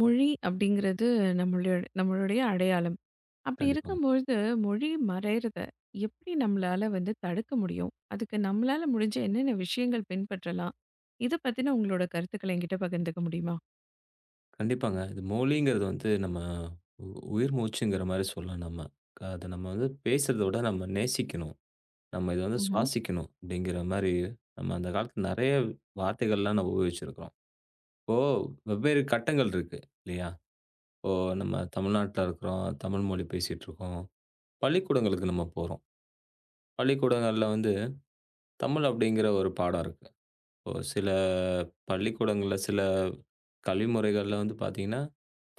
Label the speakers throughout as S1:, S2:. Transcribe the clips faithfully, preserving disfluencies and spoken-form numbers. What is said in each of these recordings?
S1: மொழி அப்படிங்கிறது நம்மளுடைய நம்மளுடைய அடையாளம். அப்படி
S2: கண்டிப்பாங்க.
S1: இருக்கும்பொழுது, மொழி மறையிறத எப்படி நம்மளால வந்து தடுக்க முடியும்? அதுக்கு நம்மளால முடிஞ்ச என்னென்ன விஷயங்கள் பின்பற்றலாம்? இத பத்தின உங்களோட கருத்துக்கள என்கிட்ட பகிர்ந்துக்க முடியுமா?
S2: கண்டிப்பாங்க. இது மொழிங்கிறது வந்து நம்ம உ உயிர் மூச்சுங்கிற மாரி சொல்லலாம் நம்ம. அத நம்ம வந்து பேசுறத விட நம்ம நேசிக்கணும். நம்ம இத வந்து
S1: ம்ஹ்ம்.
S2: சுவாசிக்கணும் அப்படிங்கிற மாரி நம்ம அந்த காலத்துல நெறைய வார்த்தைகள்லாம் நம்ம உபயோகிச்சிருக்கிறோம். இப்போ வெவ்வேறு கட்டங்கள் இருக்கு இல்லையா? இப்போ நம்ம தமிழ்நாட்டுல இருக்கிறோம். தமிழ் மொழி பேசிட்டு இருக்கோம். பள்ளிக்கூடங்களுக்கு நம்ம போறோம். பள்ளிக்கூடங்கள்ல வந்து தமிழ் அப்படிங்கிற ஒரு பாடம் இருக்கு. இப்போ சில பள்ளிக்கூடங்கள்ல சில கல்வி முறைகள்ல வந்து பார்த்தீங்கன்னா,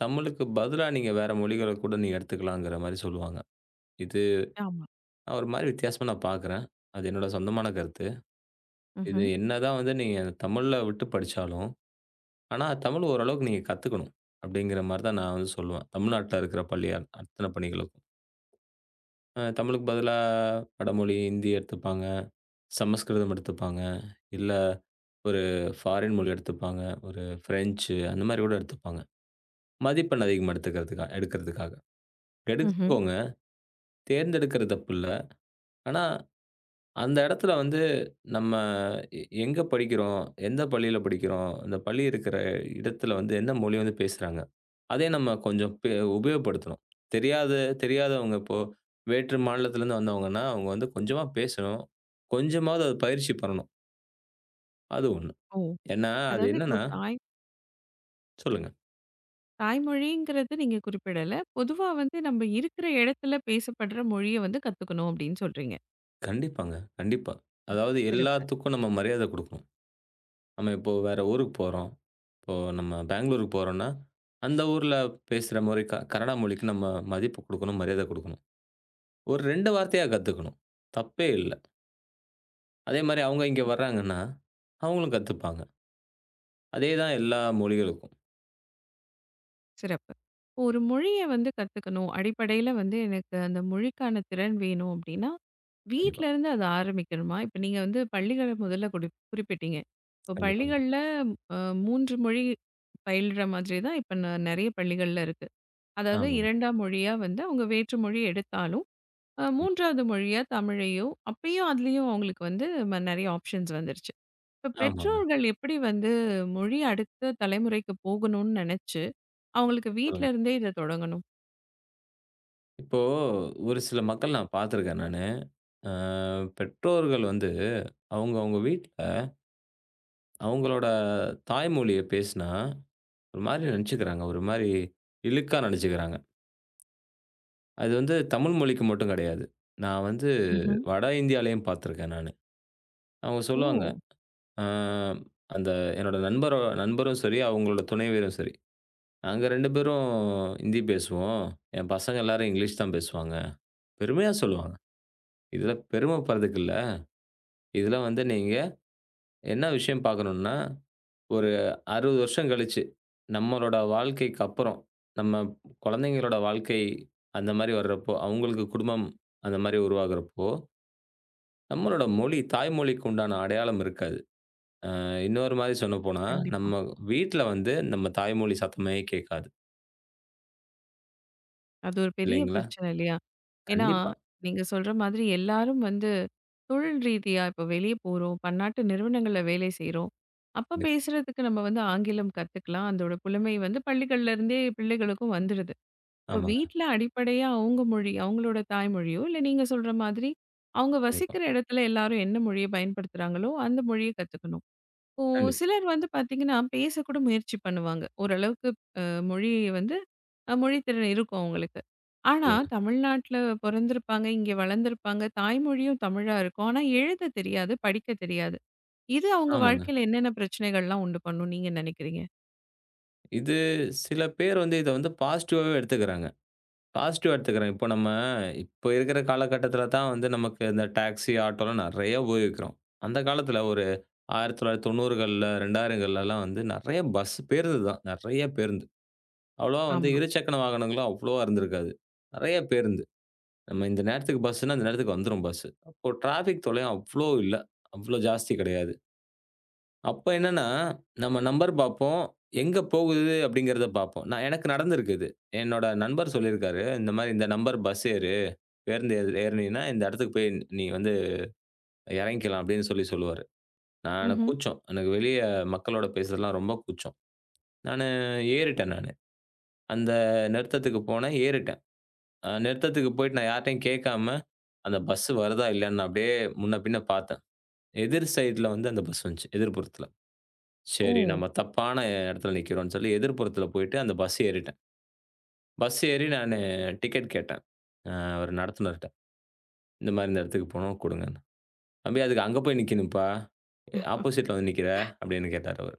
S2: தமிழுக்கு பதிலா நீங்க வேற மொழிகள கூட நீங்க எடுத்துக்கலாங்கிற மாரி சொல்லுவாங்க. இது
S1: ஆமா.
S2: நான் ஒரு மாரி வித்தியாசமா நான் பார்க்குறேன். அது என்னோட சொந்தமான கருத்து. இது
S1: ம்ஹ்ம்.
S2: என்னதான் வந்து நீங்க தமிழ்ல விட்டு படிச்சாலும், ஆனா தமிழ் ஓரளவுக்கு நீங்க கத்துக்கணும். அப்படிங்கிற மாரி தான் நான் வந்து சொல்லுவேன். தமிழ்நாட்டுல இருக்கிற பள்ளி அ அத்தன பள்ளிகளுக்கும். அ தமிழுக்கு பதிலா வடமொழி, ஹிந்தி எடுத்துப்பாங்க. சமஸ்கிருதம் எடுத்துப்பாங்க. இல்ல ஒரு ஃபாரின் மொழி எடுத்துப்பாங்க. ஒரு பிரெஞ்சு அந்த மாரி கூட எடுத்துப்பாங்க. மதிப்பெண் அதிகமா எடுத்துக்கிறதுக்கா எடுக்கிறதுக்காக.
S1: ம்ஹ்ம்.
S2: எடுத்துக்கோங்க. தேர்ந்தெடுக்கிறது தப்பில்ல. ஆனா, அந்த இடத்துல வந்து நம்ம எ எங்க படிக்கிறோம்? எந்த பள்ளியில படிக்கிறோம்? அந்த பள்ளி இருக்கிற இடத்துல வந்து என்ன மொழி வந்து பேசுறாங்க? அதே நம்ம கொஞ்சம் பெ உபயோகப்படுத்தணும். தெரியாத தெரியாதவங்க இப்போ வேற்று மாநிலத்திலேருந்து வந்தவங்கன்னா, அவங்க வந்து கொஞ்சமா பேசணும். கொஞ்சமாவது அது பயிற்சி பண்ணணும். அது ஒண்ணு.
S1: ஓ!
S2: ஏன்னா, அது
S1: அதாவது இப்போ
S2: என்னன்னா
S1: தாய்
S2: சொல்லுங்க.
S1: தாய்மொழிங்கிறது நீங்க குறிப்பிடல. பொதுவா வந்து நம்ம இருக்கிற இடத்துல பேசப்படுற மொழிய வந்து கத்துக்கணும் அப்படின்னு சொல்றீங்க.
S2: கண்டிப்பாங்க. கண்டிப்பா. அதாவது
S1: சிறப்பு.
S2: எல்லாத்துக்கும் நம்ம மரியாதை குடுக்கணும். நம்ம இப்போ வேற ஊருக்கு போறோம். இப்போ நம்ம பெங்களூருக்கு போறோம்ன்னா, அந்த ஊர்ல பேசுற மாரி க கன்னடா மொழிக்கு நம்ம மதிப்பு குடுக்கணும், மரியாதை குடுக்கணும். ஒரு ரெண்டு வார்த்தையா கத்துக்கணும். தப்பே இல்ல. அதே மாரி அவங்க இங்க வர்றாங்கன்னா, அவங்களும் கத்துப்பாங்க. அதே தான் எல்லா மொழிகளுக்கும்.
S1: சிறப்பு. ஒரு மொழிய வந்து கத்துக்கணும். அடிப்படையில வந்து எனக்கு அந்த மொழிக்கான திறன் வேணும் அப்டின்னா,
S2: கண்டிப்பா,
S1: வீட்லருந்து அத ஆரம்பிக்கணுமா? இப்ப நீங்க வந்து பள்ளிகள முதல்ல குறி குறிப்பிட்டீங்க. இப்போ
S2: கண்டிப்பாங்க.
S1: பள்ளிகள்ல அ மூன்று மொழி பயில்ற மாதிரி தான் இப்ப ந நெறைய பள்ளிகள்ல இருக்கு. அதாவது
S2: ஆமாங்க.
S1: இரண்டாம் மொழியா வந்து அவங்க வேற்று மொழி எடுத்தாலும், அ
S2: ம்.
S1: மூன்றாவது மொழியா தமிழையோ, அப்பயும் அதுலயும் அவங்களுக்கு வந்து ம நெறைய ஆப்ஷன்ஸ் வந்துருச்சு. இப்ப
S2: ஆமாங்க.
S1: பெற்றோர்கள் எப்படி வந்து மொழி அடுத்த தலைமுறைக்கு போகணும்னு நெனச்சு அவங்களுக்கு வீட்ல
S2: சொல்லுங்க.
S1: இருந்தே இத தொடங்கணும்.
S2: இப்போ ஒரு சில மக்கள் நான் பார்த்துருக்கேன் நானு. அ பெற்றோர்கள் வந்து அவங்க அவங்க வீட்ல அவங்களோட தாய்மொழிய பேசினா, ஒரு மாரி நெனச்சுக்கிறாங்க. ஒரு மாரி இழுக்கா நெனச்சுக்கிறாங்க. அது வந்து தமிழ் மொழிக்கு மட்டும் கிடையாது. நான் வந்து
S1: ம்ஹ்ம்.
S2: வட இந்தியாலயும் பார்த்துருக்கேன் நானு. அவங்க
S1: ஓ!
S2: சொல்லுவாங்க, அ அந்த என்னோட நண்பரோ நண்பரும் சரி, அவங்களோட துணைவியரும் சரி, "நாங்க ரெண்டு பேரும் ஹிந்தி பேசுவோம். என் பசங்க எல்லாரும் இங்கிலீஷ் தான் பேசுவாங்க." பெருமையா சொல்லுவாங்க. இதுல பெருமைப்படுறதுக்கு இல்ல. இதுல வந்து நீங்க என்ன விஷயம் பார்க்கணும்னா, ஒரு அறுபது வருஷம் கழிச்சு, நம்மளோட வாழ்க்கைக்கு அப்புறம், நம்ம குழந்தைங்களோட வாழ்க்கை அந்த மாரி வர்றப்போ, அவங்களுக்கு குடும்பம் அந்த மாரி உருவாகுறப்போ, நம்மளோட மொழி, தாய்மொழிக்கு உண்டான அடையாளம் இருக்காது. அ இன்னொரு மாரி சொல்லப்போனா,
S1: கண்டிப்பா.
S2: நம்ம வீட்ல வந்து நம்ம தாய்மொழி சத்தமே கேட்காது.
S1: அது ஒரு பெரிய
S2: இல்லைங்களா?
S1: பிரச்சனை இல்லையா? ஏன்னா,
S2: கண்டிப்பா,
S1: நீங்க சொல்ற மாதிரி எல்லாரும் வந்து தொழில் ரீதியா இப்ப வெளிய போறோம். பன்னாட்டு நிறுவனங்கள்ல வேலை செய்றோம். அப்ப
S2: கண்டிப்பா.
S1: பேசுறதுக்கு நம்ம வந்து ஆங்கிலம் கத்துக்கலாம். அதோட புலமை வந்து பள்ளிகள்ல இருந்தே பிள்ளைகளுக்கும் வந்துருது. இப்ப
S2: ஆமாங்க.
S1: வீட்ல அடிப்படையா அவங்க மொழி, அவங்களோட தாய்மொழியோ, இல்ல நீங்க சொல்ற மாதிரி அவங்க
S2: கண்டிப்பா,
S1: வசிக்கிற இடத்துல எல்லாரும் என்ன மொழிய பயன்படுத்துறாங்களோ, அந்த மொழிய கத்துக்கணும். இப்போ
S2: கண்டிப்பா.
S1: சிலர் வந்து பார்த்தீங்கன்னா, பேசக்கூட முயற்சி பண்ணுவாங்க. ஓரளவுக்கு அ மொழி வந்து அ மொழி திறன் இருக்கும் அவங்களுக்கு. ஆனா,
S2: சொல்லுங்க.
S1: தமிழ்நாட்ல பொறந்திருப்பாங்க, இங்க வளர்ந்திருப்பாங்க, தாய்மொழியும் தமிழா இருக்கும். ஆனா, எழுத தெரியாது, படிக்க தெரியாது. இது அவங்க
S2: ஆமாங்க.
S1: வாழ்க்கையில என்னென்ன பிரச்சனைகள்லாம் உண்டு பண்ணும் நீங்க நினைக்கிறீங்க?
S2: இது சில பேர் வந்து இத வந்து பாசிட்டிவாவே எடுத்துக்கிறாங்க. பாசிட்டிவா எடுத்துக்கிறாங்க. இப்போ நம்ம இப்ப இருக்கிற காலகட்டத்தில தான் வந்து நமக்கு இந்த டாக்ஸி, ஆட்டோலாம் நெறைய உபயோகிக்கிறோம். அந்த காலத்தில ஒரு தொள்ளாயிரத்து தொண்ணூறுகள்ல, இரண்டாயிரங்கள்லலாம் வந்து நெறைய பஸ் பேருந்து தான். நெறைய பேருந்து. அவ்வளவா வந்து
S1: ஆமா.
S2: இருசக்கர வாகனங்களும் அவ்வளவா இருந்திருக்காது. நெறைய பேருந்து. நம்ம இந்த நேரத்துக்கு பஸ்ஸுன்னா, இந்த நேரத்துக்கு வந்துரும் பஸ்ஸு. அப்போ டிராஃபிக் தொல்லையும் அவ்ளோ இல்ல. அவ்ளோ ஜாஸ்தி கிடையாது. அப்ப என்னன்னா, நம்ம நம்பர் பார்ப்போம். எங்க போகுது அப்படிங்கிறத பார்ப்போம். நான் எனக்கு நடந்திருக்கு இது. என்னோட நண்பர் சொல்லியிருக்காரு. இந்த மாரி இந்த நம்பர் பஸ் ஏறு. பேருந்து ஏறு ஏறுனீன்னா, இந்த இடத்துக்கு போய் நீ வந்து இறங்கிக்கலாம் அப்படின்னு சொல்லி சொல்லுவாரு. நான் எனக்கு
S1: ம்ஹ்ம்.
S2: கூச்சம். எனக்கு வெளிய மக்களோட பேசுறதெல்லாம் ரொம்ப கூச்சம். நானு ஏறிட்டேன் நானு. அந்த நிறுத்தத்துக்கு போனேன். ஏறிட்டேன். அ நிறுத்தத்துக்கு போயிட்டு நான் யார்ட்டயும் கேட்காம, அந்த பஸ் வருதா இல்லையான்னு நான் அப்படியே முன்ன பின்ன பார்த்தேன். எதிர் சைடுல வந்து அந்த பஸ் வந்துச்சு, எதிர்புறத்துல. சரி
S1: ஓ!
S2: நம்ம தப்பான இடத்துல நிக்கிறோம்ன்னு சொல்லி எதிர்புறத்துல போயிட்டு அந்த பஸ் ஏறிட்டேன். பஸ் ஏறி நானு டிக்கெட் கேட்டேன். அ ஒரு நடத்துனர்ட்ட. இந்த மாரி இந்த இடத்துக்கு போணும் குடுங்கன்னு. "தம்பி அதுக்கு அங்க போய் நிக்கணும்ப்பா. ஆப்போசிட்ல வந்து நிக்கிற" அப்படின்னு கேட்டாரு அவரு.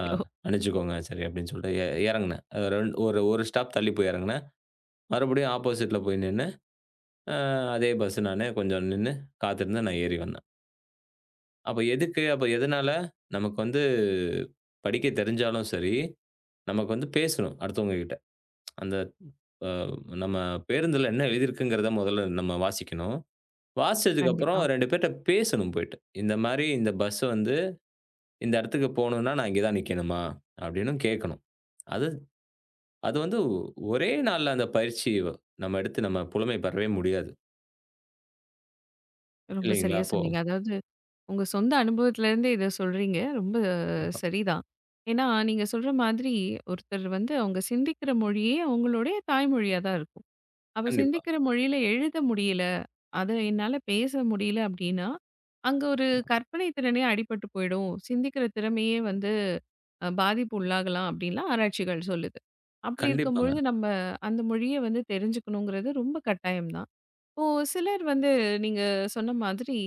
S2: "ஆ மன்னிச்சுக்கோங்க" சரி அப்படின்னு சொல்லிட்டு எ இறங்குனேன். அ ரெண் ஒரு ஒரு ஸ்டாப் தள்ளி போய் இறங்குனேன். மறுபடியும் ஆப்போசிட்ல போய் நின்னு அ அதே பஸ் நானு கொஞ்சம் நின்னு காத்திருந்தேன். நான் ஏறி வந்தேன். அப்ப எதுக்கு? அப்ப எதனால? நமக்கு வந்து படிக்க தெரிஞ்சாலும் சரி, நமக்கு வந்து பேசணும் அடுத்தவங்க கிட்ட. அந்த அ நம்ம பேருந்துல என்ன எழுதியிருக்குங்கிறத முதல்ல நம்ம வாசிக்கணும். வாசிச்சதுக்கு அப்புறம்
S1: கண்டிப்பா.
S2: ரெண்டு பேர்ட்ட பேசணும் போயிட்டு. இந்த மாரி இந்த பஸ் வந்து இந்த இடத்துக்கு போணும்னா, நான் இங்க தான் நிக்கணுமா? அப்படின்னு கேட்கணும். அது அது வந்து ஒரே நாள்ல அந்த பயிற்சி நம்ம எடுத்து நம்ம புலமை பெறவே முடியாது.
S1: ரொம்ப
S2: இல்லைங்களா?
S1: சரியா
S2: அப்போ
S1: சொன்னீங்க. அதாவது, உங்க சொந்த அனுபவத்திலேருந்து இத சொல்றீங்க. ரொம்ப சரிதான். ஏன்னா, நீங்க சொல்ற மாதிரி ஒருத்தர் வந்து அவங்க சிந்திக்கிற மொழியே அவங்களுடைய தாய்மொழியா தான் இருக்கும். அப்ப
S2: கண்டிப்பா.
S1: சிந்திக்கிற மொழியில எழுத முடியல, அத என்னால பேச முடியல அப்டின்னா, அங்க ஒரு கற்பனை திறனே அடிபட்டு போயிடும். சிந்திக்கிற திறமையே வந்து அ பாதிப்பு உள்ளாகலாம் அப்டின்லாம் ஆராய்ச்சிகள் சொல்லுது. அப்டி
S2: கண்டிப்பாங்க.
S1: இருக்கும்பொழுது நம்ம அந்த மொழிய வந்து தெரிஞ்சுக்கணுங்கிறது ரொம்ப கட்டாயம் தான். இப்போ சிலர் வந்து நீங்க சொன்ன மாதிரி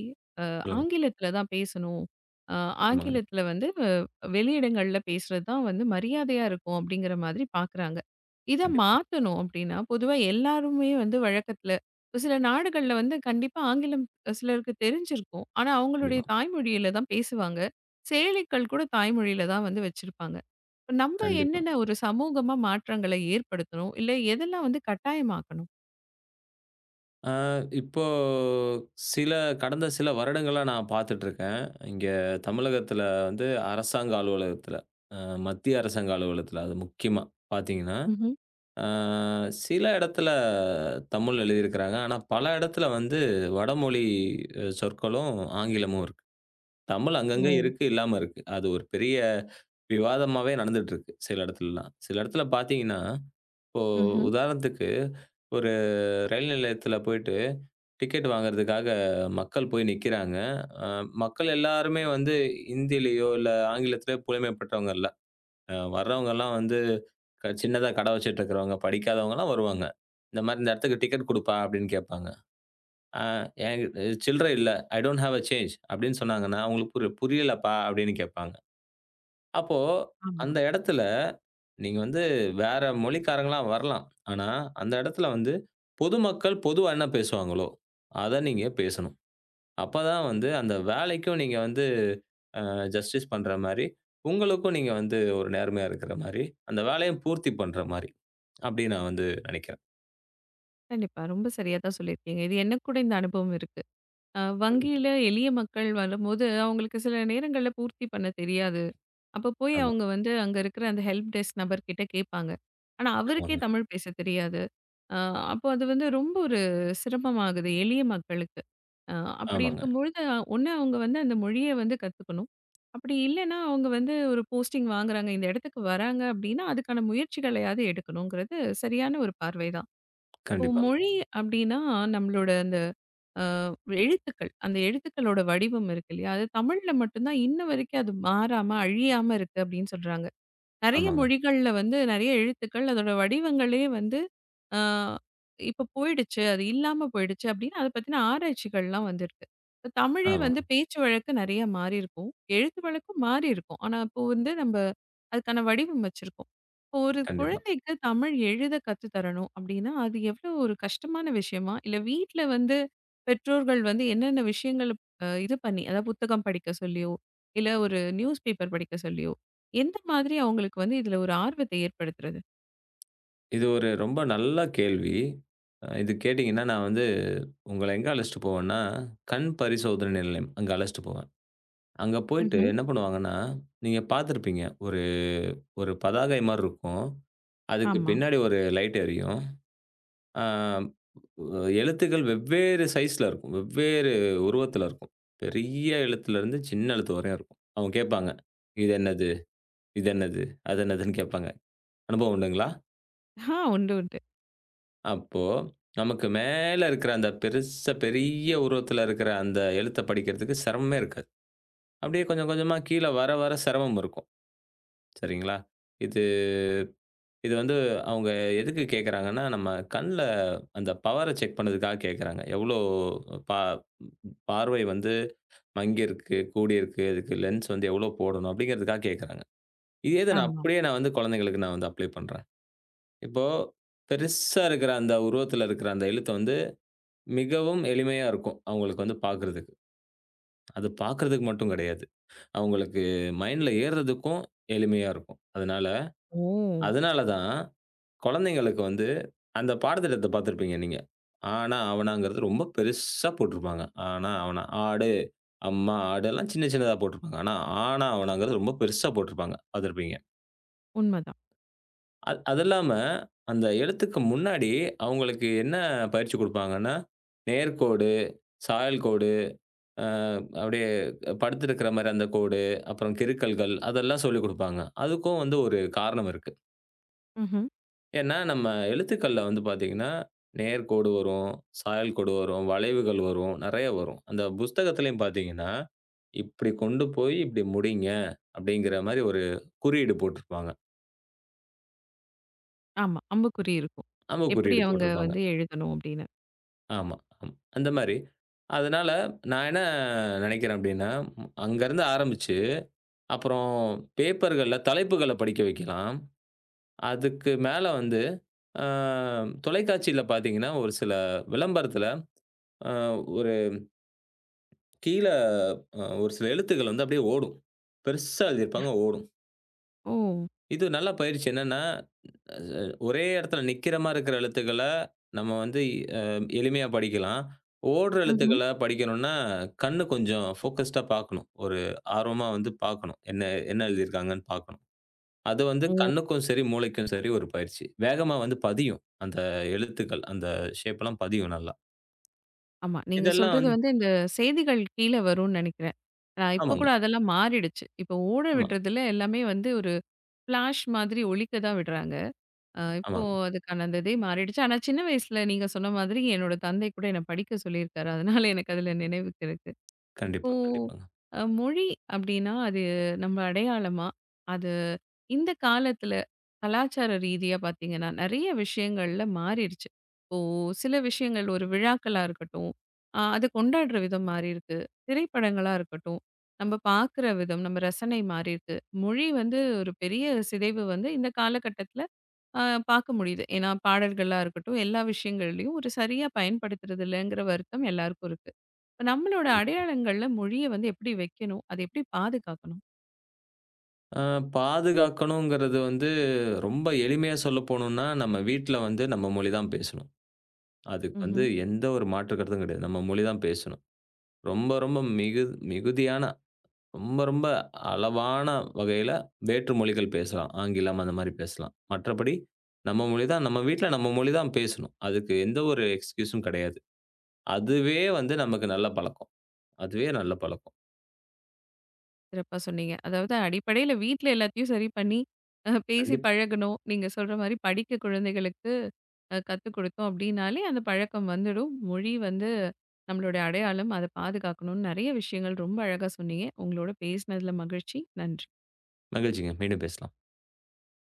S1: அ
S2: சொல்லுங்க.
S1: ஆங்கிலத்தில தான் பேசணும். அ
S2: ஆமாங்க.
S1: ஆங்கிலத்தில வந்து அ வெளியிடங்கள்ல பேசுறது தான் வந்து மரியாதையா இருக்கும் அப்படிங்கிற மாதிரி பார்க்குறாங்க. இத
S2: கண்டிப்பா,
S1: மாத்தணும் அப்படின்னா, பொதுவா எல்லாருமே வந்து வழக்கத்தில ஒரு சில நாடுகள்ல வந்து கண்டிப்பா ஆங்கிலம் சிலருக்கு தெரிஞ்சிருக்கும். ஆனா, அவங்களுடைய
S2: கண்டிப்பா,
S1: தாய்மொழியில தான் பேசுவாங்க. செயலிகள் கூட தாய்மொழியில தான் வந்து வச்சிருப்பாங்க. இப்ப நம்ம
S2: கண்டிப்பா.
S1: என்னென்ன ஒரு சமூகமா மாற்றங்களை ஏற்படுத்தணும்? இல்ல எதெல்லாம் வந்து கட்டாயமாக்கணும்?
S2: அ இப்போ சில கடந்த சில வருடங்களா நான் பார்த்துட்டுருக்கேன். இங்க தமிழகத்தில வந்து அரசாங்க அலுவலகத்தில, அ மத்திய அரசாங்க அலுவலகத்தில அது முக்கியமா பார்த்தீங்கன்னா,
S1: ம்ஹ்ம்.
S2: அ சில இடத்துல தமிழ் எழுதியிருக்கிறாங்க. ஆனா பல இடத்துல வந்து வடமொழி அ சொற்களும், ஆங்கிலமும் இருக்கு. தமிழ்
S1: ஓ!
S2: அங்கங்க இருக்கு, இல்லாம இருக்கு. அது ஒரு பெரிய விவாதமாவே நடந்துட்டுருக்கு சில இடத்துலலாம். சில இடத்துல பார்த்தீங்கன்னா, இப்போ
S1: ம்ஹ்ம்.
S2: உதாரணத்துக்கு ஒரு ரயில் நிலையத்தில போயிட்டு டிக்கெட் வாங்குறதுக்காக மக்கள் போய் நிக்கிறாங்க. அ மக்கள் எல்லாருமே வந்து ஹிந்திலயோ, இல்ல ஆங்கிலத்திலயோ புலமை பெற்றவங்க இல்ல. அ வர்றவங்கலாம் வந்து க சின்னதா கடை வச்சுட்டு இருக்கிறவங்க, படிக்காதவங்கலாம் வருவாங்க. இந்த மாரி "இந்த இடத்துக்கு டிக்கெட் குடுப்பா" அப்படின்னு கேட்பாங்க. அ "என்கிட்ட சில்லறை இல்ல. I don't have a change" அப்படின்னு சொன்னாங்கன்னா, "உங்களுக்கு புரி புரியலப்பா" அப்படின்னு கேட்பாங்க. அப்போ
S1: ஆமா.
S2: அந்த இடத்துல நீங்க வந்து வேற மொழிக்காரங்களா வரலாம். ஆனா, அந்த இடத்துல வந்து பொதுமக்கள் பொதுவா என்ன பேசுவாங்களோ, அத நீங்க பேசணும். அப்பதான் வந்து அந்த வேலைக்கும் நீங்க வந்து அ ஜஸ்டிஸ் பண்ற மாரி, உங்களுக்கும் நீங்க வந்து ஒரு நேர்மையா இருக்கிற மாரி, அந்த வேலையும் பூர்த்தி பண்ற மாரி. அப்டி நான் வந்து நினைக்கிறேன்.
S1: கண்டிப்பா. ரொம்ப சரியா தான் சொல்லியிருக்கீங்க. இது எனக்கு கூட இந்த அனுபவம் இருக்கு. அ வங்கியில எளிய மக்கள் வரும்போது, அவங்களுக்கு சில நேரங்கள்ல பூர்த்தி பண்ண தெரியாது. அப்ப போய்
S2: ஆமா,
S1: அவங்க வந்து அங்க இருக்கிற அந்த ஹெல்ப் டெஸ்க் நபர்கிட்ட கேட்பாங்க. ஆனா, அவருக்கே
S2: ஆமாங்க,
S1: தமிழ் பேச தெரியாது. அ அப்போ அது வந்து ரொம்ப ஒரு சிரமமாகுது எளிய மக்களுக்கு. அ அப்படி
S2: ஆமாங்க.
S1: இருக்கும்பொழுது, ஒண்ணு அவங்க வந்து அந்த மொழிய வந்து கத்துக்கணும். அப்படி இல்லன்னா, அவங்க வந்து ஒரு போஸ்டிங் வாங்குறாங்க, இந்த இடத்துக்கு வராங்க அப்படின்னா, அதுக்கான முயற்சிகளையாவது எடுக்கணுங்கிறது சரியான ஒரு பார்வை தான். இப்போ
S2: கண்டிப்பாங்க.
S1: மொழி அப்டின்னா, நம்மளோட அந்த அ எழுத்துக்கள். அந்த எழுத்துக்களோட வடிவம் இருக்கு இல்லையா? அது தமிழ்ல மட்டும் தான் இன்ன வரைக்கும் அது மாறாம, அழியாம இருக்கு அப்டின்னு சொல்றாங்க. நெறைய
S2: ஆமாங்க,
S1: மொழிகள்ல வந்து நெறைய எழுத்துக்கள், அதோட வடிவங்களே வந்து அ இப்ப போயிடுச்சு. அது இல்லாம போயிடுச்சு அப்படின்னு அத பத்தின ஆராய்ச்சிகள்லாம் வந்திருக்கு. இப்ப தமிழே வந்து
S2: ஆமாங்க.
S1: பேச்சு வழக்கு நெறைய மாறியிருக்கும். எழுத்து வழக்கும் மாறியிருக்கும். ஆனா இப்போ வந்து நம்ப அதுக்கான வடிவம் வச்சிருக்கோம். இப்போ ஒரு
S2: கண்டிப்பா.
S1: குழந்தைக்கு தமிழ் எழுத கத்து தரணும் அப்படின்னா, அது எவ்வளோ ஒரு கஷ்டமான விஷயமா? இல்ல வீட்ல வந்து பெற்றோர்கள் வந்து என்னென்ன விஷயங்கள அ இது பண்ணி அதாவது புத்தகம் படிக்க சொல்லியோ, இல்ல ஒரு நியூஸ் பேப்பர் படிக்க சொல்லியோ எந்த மாதிரி அவங்களுக்கு வந்து இதுல ஒரு ஆர்வத்த ஏற்படுத்துறது?
S2: இது ஒரு ரொம்ப நல்ல கேள்வி. அ இது கேட்டீங்கன்னா, நான் வந்து உங்கள எங்க அழைச்சிட்டு போவேன்னா, கண் பரிசோதனை நிலையம். அங்க அழைச்சிட்டு போவேன். அங்க போயிட்டு
S1: ம்ஹ்ம்.
S2: என்ன பண்ணுவாங்கன்னா, நீங்க பார்த்துருப்பீங்க. ஒரு ஒரு பதாகை மாரி இருக்கும். அதுக்கு
S1: ஆமா.
S2: பின்னாடி ஒரு லைட் எரியும். அ எழுத்துக்கள் வெவ்வேறு சைஸ்ல இருக்கும். வெவ்வேறு உருவத்தில இருக்கும். பெரிய எழுத்துலருந்து சின்ன எழுத்து வரையும் இருக்கும். அவங்க கேட்பாங்க. இது என்னது? இது என்னது? அது என்னதுன்னு கேட்பாங்க. அனுபவம் உண்டுங்களா?
S1: ஆ உண்டு, உண்டு.
S2: அப்போ, நமக்கு மேல இருக்கிற அந்த பெருசா பெரிய உருவத்துல இருக்கிற அந்த எழுத்த படிக்கிறதுக்கு சிரமமே இருக்காது. அப்படியே கொஞ்சம் கொஞ்சமா கீழ வர வர சிரமம் இருக்கும். சரிங்களா? இது இது வந்து அவங்க எதுக்கு கேட்கறாங்கன்னா, நம்ம கண்ல அந்த பவர செக் பண்ணதுக்காக கேட்கறாங்க. எவ்வளோ பா பார்வை வந்து மங்கியிருக்கு, கூடியிருக்கு, இதுக்கு லென்ஸ் வந்து எவ்வளோ போடணும் அப்படிங்கிறதுக்காக கேட்கறாங்க. இதே இத நான்
S1: ஆமா.
S2: அப்படியே நான் வந்து குழந்தைங்களுக்கு நான் வந்து அப்ளை பண்றேன். இப்போ பெருசா இருக்கிற அந்த உருவத்துல இருக்கிற அந்த எழுத்த வந்து மிகவும் எளிமையா இருக்கும். அவங்களுக்கு வந்து பார்க்கறதுக்கு. அது பார்க்கறதுக்கு மட்டும் கிடையாது. அவங்களுக்கு மைண்ட்ல ஏறுறதுக்கும் எளிமையா இருக்கும். அதனால
S1: ஓ!
S2: அதனால தான் குழந்தைங்களுக்கு வந்து அந்த பாடத்திட்டத்த பார்த்திருப்பீங்க நீங்க. ஆனா, ஆவனாங்கிறது ரொம்ப பெருசா போட்டிருப்பாங்க. ஆனா, ஆவனா, ஆடு, அம்மா, ஆடு எல்லாம் சின்ன சின்னதா போட்டிருப்பாங்க. ஆனா, ஆனா, ஆவனாங்கிறது ரொம்ப பெருசா போட்டிருப்பாங்க. பார்த்திருப்பீங்க.
S1: உண்மதான்.
S2: அது அது இல்லாம அந்த எழுத்துக்கு முன்னாடி அவங்களுக்கு என்ன பயிற்சி குடுப்பாங்கன்னா, நேர்க்கோடு, சாயல் கோடு அ அப்படியே படுத்திருக்கிற மாரி அந்த கோடு, அப்புறம் கிறுக்கல்கள் அதெல்லாம் சொல்லிக் குடுப்பாங்க. அதுக்கும் வந்து ஒரு காரணம் இருக்கு.
S1: ம்ஹ்ம்.
S2: ஏன்னா, நம்ம எழுத்துக்கள்ல வந்து பார்த்தீங்கன்னா, நேர்கோடு வரும், சாயல் கோடு வரும், வளைவுகள் வரும், நெறைய வரும். அந்த புஸ்தகத்திலயும் பார்த்தீங்கன்னா, "இப்படி கொண்டு போய் இப்படி முடிங்க" அப்படிங்கிற மாரி ஒரு குறியீடு போட்டிருப்பாங்க.
S1: ஆமா. அம்புக்குறி இருக்கும்.
S2: அம்புக்
S1: எப்படி
S2: குறியீடு
S1: அவங்க
S2: போட்டிருப்பாங்க.
S1: வந்து எழுதணும் அப்படின்னு.
S2: ஆமா, ஆமா. அந்த மாரி. அதனால நான் என்ன நெனைக்கிறேன் அப்படின்னா, அங்கருந்து ஆரம்பிச்சு, அப்புறம் பேப்பர்கள்ல தலைப்புகள படிக்க வைக்கலாம். அதுக்கு மேல வந்து, அ தொலைக்காட்சியில பார்த்தீங்கன்னா, ஒரு சில விளம்பரத்தில அ ஒரு கீழ அ ஒரு சில எழுத்துக்கள் வந்து அப்படியே ஓடும். பெருசா எழுதியிருப்பாங்க ஓடும்.
S1: ஓ!
S2: இது நல்ல பயிற்சி என்னன்னா, அ ஒரே இடத்துல நிக்கிற மாரி இருக்கிற எழுத்துக்கள நம்ம வந்து அ எளிமையா படிக்கலாம். ஓடுற
S1: ம்ஹ்ம்.
S2: எழுத்துக்கள படிக்கணும்னா, கண்ணு கொஞ்சம் ஃபோக்கஸ்டா பார்க்கணும். ஒரு ஆர்வமா வந்து பார்க்கணும். என்ன என்ன எழுதியிருக்காங்கன்னு பார்க்கணும். அது வந்து
S1: ஓ!
S2: கண்ணுக்கும் சரி, மூளைக்கும் சரி ஒரு பயிற்சி. வேகமா வந்து பதியும். அந்த எழுத்துக்கள், அந்த ஷேப்லாம் பதியும் நல்லா.
S1: ஆமா. நீங்க
S2: இதெல்லாம்
S1: சொல்றது
S2: வந்து
S1: வந்து இந்த செய்திகள் கீழ வரும்னு நெனைக்கிறேன். அ இப்ப
S2: ஆமாங்க.
S1: கூட அதெல்லாம் மாறிடுச்சு. இப்போ ஓட
S2: ஆமா,
S1: விடுறதுல எல்லாமே வந்து ஒரு ஃபிளாஷ் மாதிரி ஒலிக்க தான் விடுறாங்க. அ இப்போ
S2: ஆமாங்க.
S1: அதுக்கான அந்த இதே மாறிடுச்சு. ஆனா சின்ன வயசுல நீங்க சொன்ன மாதிரி என்னோட தந்தை கூட என்ன படிக்க சொல்லியிருக்காரு. அதனால எனக்கு அதுல நினைவுக்கு இருக்கு. இப்போ
S2: கண்டிப்பா, கண்டிப்பாங்க.
S1: அ மொழி அப்டின்னா, அது நம்ம அடையாளமா, அது இந்த காலத்துல கலாச்சார ரீதியா பார்த்தீங்கன்னா, நெறைய விஷயங்கள்ல மாறிடுச்சு. இப்போ சில விஷயங்கள் ஒரு விழாக்களா இருக்கட்டும், அ அது கொண்டாடுற விதம் மாறியிருக்கு. திரைப்படங்களா இருக்கட்டும், நம்ம பார்க்குற விதம், நம்ம ரசனை மாறியிருக்கு. மொழி வந்து ஒரு பெரிய சிதைவு வந்து இந்த காலகட்டத்துல அ பார்க்க முடியுது. ஏன்னா பாடல்களா இருக்கட்டும், எல்லா விஷயங்கள்லயும் ஒரு சரியா பயன்படுத்துறது இல்லங்கிற வருத்தம் எல்லாருக்கும் இருக்கு. இப்ப நம்மளோட அடையாளங்கள்ல மொழிய வந்து எப்படி வைக்கணும்? அத எப்படி பாதுகாக்கணும்?
S2: அ பாதுகாக்கணுங்கிறது வந்து ரொம்ப எளிமையா சொல்லப்போணும்னா, நம்ம வீட்ல வந்து நம்ம மொழி தான் பேசணும். அதுக்கு
S1: ம்ஹ்ம்.
S2: வந்து எந்த ஒரு மாற்று கருத்தும் கிடையாது. நம்ம மொழி தான் பேசணும். ரொம்ப ரொம்ப மிகு மிகுதியான ரொம்ப, ரொம்ப அளவான வகையில வேற்று மொழிகள் பேசலாம். ஆங்கிலம் அந்த மாரி பேசலாம். மற்றபடி நம்ம மொழி தான் நம்ம வீட்ல நம்ம மொழி தான் பேசணும். அதுக்கு எந்த ஒரு எக்ஸ்கியூஸும் கிடையாது. அதுவே வந்து நமக்கு நல்ல பழக்கம். அதுவே நல்ல பழக்கம்.
S1: சிறப்பா சொன்னீங்க. அதாவது அடிப்படையில வீட்ல எல்லாத்தையும் சரி பண்ணி, அ பேசி
S2: கண்டிப்பா.
S1: பழகணும். நீங்க சொல்ற மாரி படிக்க குழந்தைகளுக்கு அ கத்துக் குடுத்தோம் அப்படின்னாலே, அந்த பழக்கம் வந்துடும். மொழி வந்து நம்மளுடைய அடையாளம். அத பாதுகாக்கணும்னு நெறைய விஷயங்கள் ரொம்ப அழகா சொன்னீங்க. உங்களோட பேசினதுல மகிழ்ச்சி. நன்றி.
S2: மகிழ்ச்சிங்க. மீண்டும் பேசலாம்.